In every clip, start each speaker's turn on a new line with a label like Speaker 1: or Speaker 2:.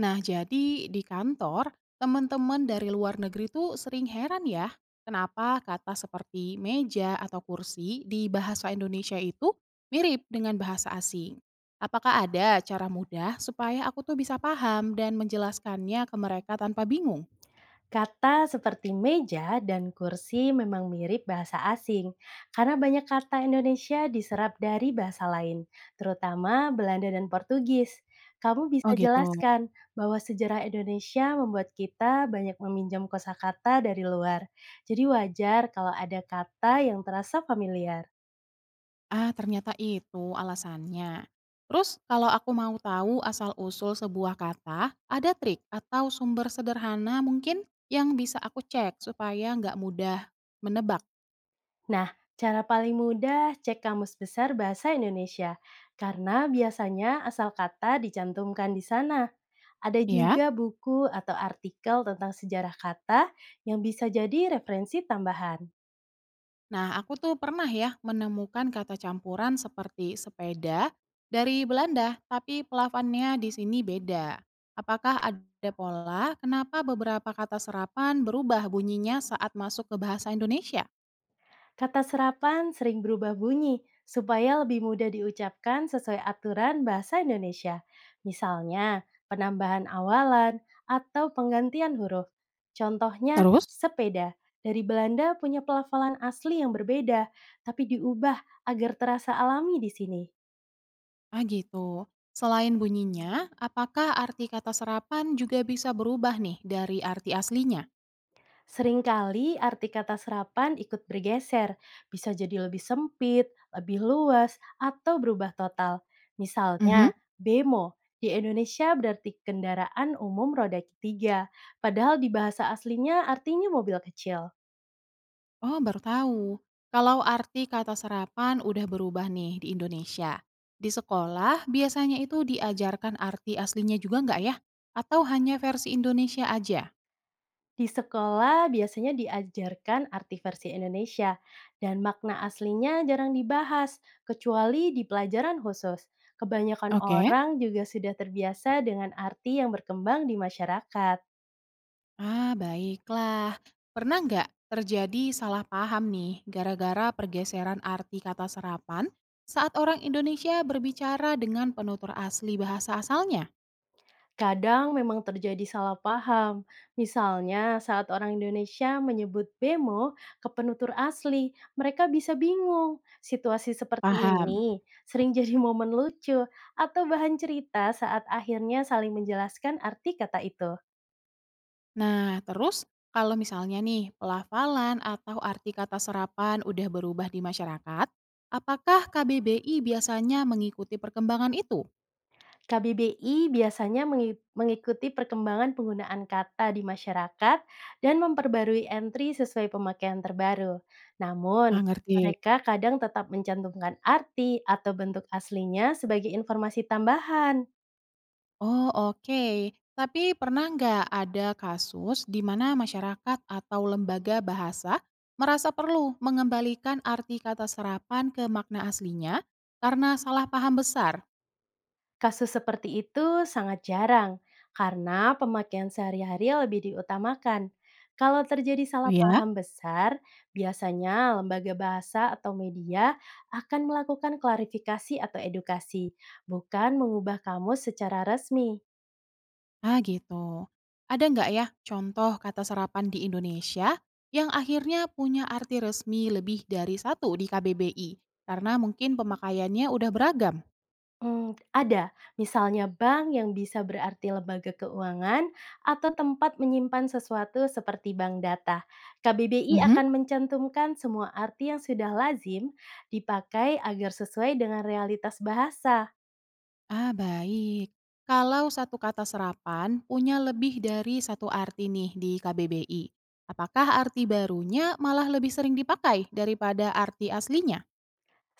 Speaker 1: Nah, jadi di kantor, teman-teman dari luar negeri tuh sering heran ya, kenapa kata seperti meja atau kursi di bahasa Indonesia itu mirip dengan bahasa asing. Apakah ada cara mudah supaya aku tuh bisa paham dan menjelaskannya ke mereka tanpa bingung?
Speaker 2: Kata seperti meja dan kursi memang mirip bahasa asing karena banyak kata Indonesia diserap dari bahasa lain, terutama Belanda dan Portugis. Kamu
Speaker 1: Oh
Speaker 2: bisa
Speaker 1: gitu.
Speaker 2: jelaskan bahwa sejarah Indonesia membuat kita banyak meminjam kosakata dari luar. Jadi wajar kalau ada kata yang terasa familiar.
Speaker 1: Ah, ternyata itu alasannya. Terus kalau aku mau tahu asal-usul sebuah kata, ada trik atau sumber sederhana mungkin yang bisa aku cek supaya nggak mudah menebak,
Speaker 2: Nah, cara paling mudah cek kamus besar bahasa Indonesia karena biasanya asal kata dicantumkan di sana. Ada
Speaker 1: ya?
Speaker 2: juga buku atau artikel tentang sejarah kata yang bisa jadi referensi tambahan.
Speaker 1: Nah, aku tuh pernah ya menemukan kata campuran seperti sepeda dari Belanda, tapi pelafannya di sini beda. Apakah ada pola kenapa beberapa kata serapan berubah bunyinya saat masuk ke bahasa Indonesia?
Speaker 2: Kata serapan sering berubah bunyi supaya lebih mudah diucapkan sesuai aturan bahasa Indonesia. Misalnya, penambahan awalan atau penggantian huruf. Contohnya,
Speaker 1: Terus?
Speaker 2: sepeda. Dari Belanda punya pelafalan asli yang berbeda, tapi diubah agar terasa alami di sini.
Speaker 1: Ah gitu. Selain bunyinya, apakah arti kata serapan juga bisa berubah nih dari arti aslinya?
Speaker 2: Seringkali arti kata serapan ikut bergeser, bisa jadi lebih sempit, lebih luas, atau berubah total.
Speaker 1: Mhm.
Speaker 2: Misalnya, bemo di Indonesia berarti kendaraan umum roda ketiga, padahal di bahasa aslinya artinya mobil kecil.
Speaker 1: Oh baru tahu. Kalau arti kata serapan udah berubah nih di Indonesia. Di sekolah biasanya itu diajarkan arti aslinya juga nggak ya? Atau hanya versi Indonesia aja?
Speaker 2: Di sekolah biasanya diajarkan arti versi Indonesia, dan makna aslinya jarang dibahas, kecuali di pelajaran khusus. Kebanyakan
Speaker 1: Oke.
Speaker 2: orang juga sudah terbiasa dengan arti yang berkembang di masyarakat.
Speaker 1: Ah, baiklah. Pernah nggak terjadi salah paham nih gara-gara pergeseran arti kata serapan saat orang Indonesia berbicara dengan penutur asli bahasa asalnya?
Speaker 2: Kadang memang terjadi salah paham. Misalnya, saat orang Indonesia menyebut bemo ke penutur asli, mereka bisa bingung. Situasi seperti
Speaker 1: Paham.
Speaker 2: ini sering jadi momen lucu atau bahan cerita saat akhirnya saling menjelaskan arti kata itu.
Speaker 1: Nah, terus kalau misalnya nih pelafalan atau arti kata serapan udah berubah di masyarakat, apakah KBBI biasanya mengikuti perkembangan itu?
Speaker 2: KBBI biasanya mengikuti perkembangan penggunaan kata di masyarakat dan memperbarui entry sesuai pemakaian terbaru. Namun,
Speaker 1: Ah, ngerti.
Speaker 2: mereka kadang tetap mencantumkan arti atau bentuk aslinya sebagai informasi tambahan.
Speaker 1: Oh, oke. Tapi pernah nggak ada kasus di mana masyarakat atau lembaga bahasa merasa perlu mengembalikan arti kata serapan ke makna aslinya karena salah paham besar?
Speaker 2: Kasus seperti itu sangat jarang karena pemakaian sehari-hari lebih diutamakan. Kalau terjadi
Speaker 1: Oh
Speaker 2: salah
Speaker 1: ya?
Speaker 2: paham besar, biasanya lembaga bahasa atau media akan melakukan klarifikasi atau edukasi, bukan mengubah kamus secara resmi.
Speaker 1: Ah, gitu. Ada nggak ya contoh kata serapan di Indonesia yang akhirnya punya arti resmi lebih dari satu di KBBI karena mungkin pemakaiannya udah beragam?
Speaker 2: Ada. Misalnya bank yang bisa berarti lembaga keuangan atau tempat menyimpan sesuatu seperti bank data. KBBI akan mencantumkan semua arti yang sudah lazim dipakai agar sesuai dengan realitas bahasa.
Speaker 1: Ah, baik. Kalau satu kata serapan punya lebih dari satu arti nih di KBBI, apakah arti barunya malah lebih sering dipakai daripada arti aslinya?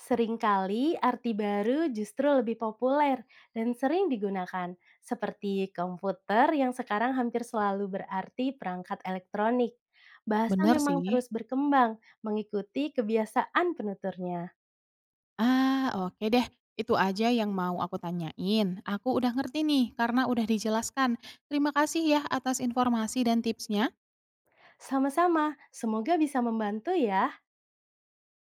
Speaker 2: Seringkali arti baru justru lebih populer dan sering digunakan, seperti komputer yang sekarang hampir selalu berarti perangkat elektronik. Bahasa
Speaker 1: Bener sih.
Speaker 2: memang terus berkembang mengikuti kebiasaan penuturnya.
Speaker 1: Ah, oke deh. Itu aja yang mau aku tanyain. Aku udah ngerti nih karena udah dijelaskan. Terima kasih ya atas informasi dan tipsnya.
Speaker 2: Sama-sama, semoga bisa membantu ya.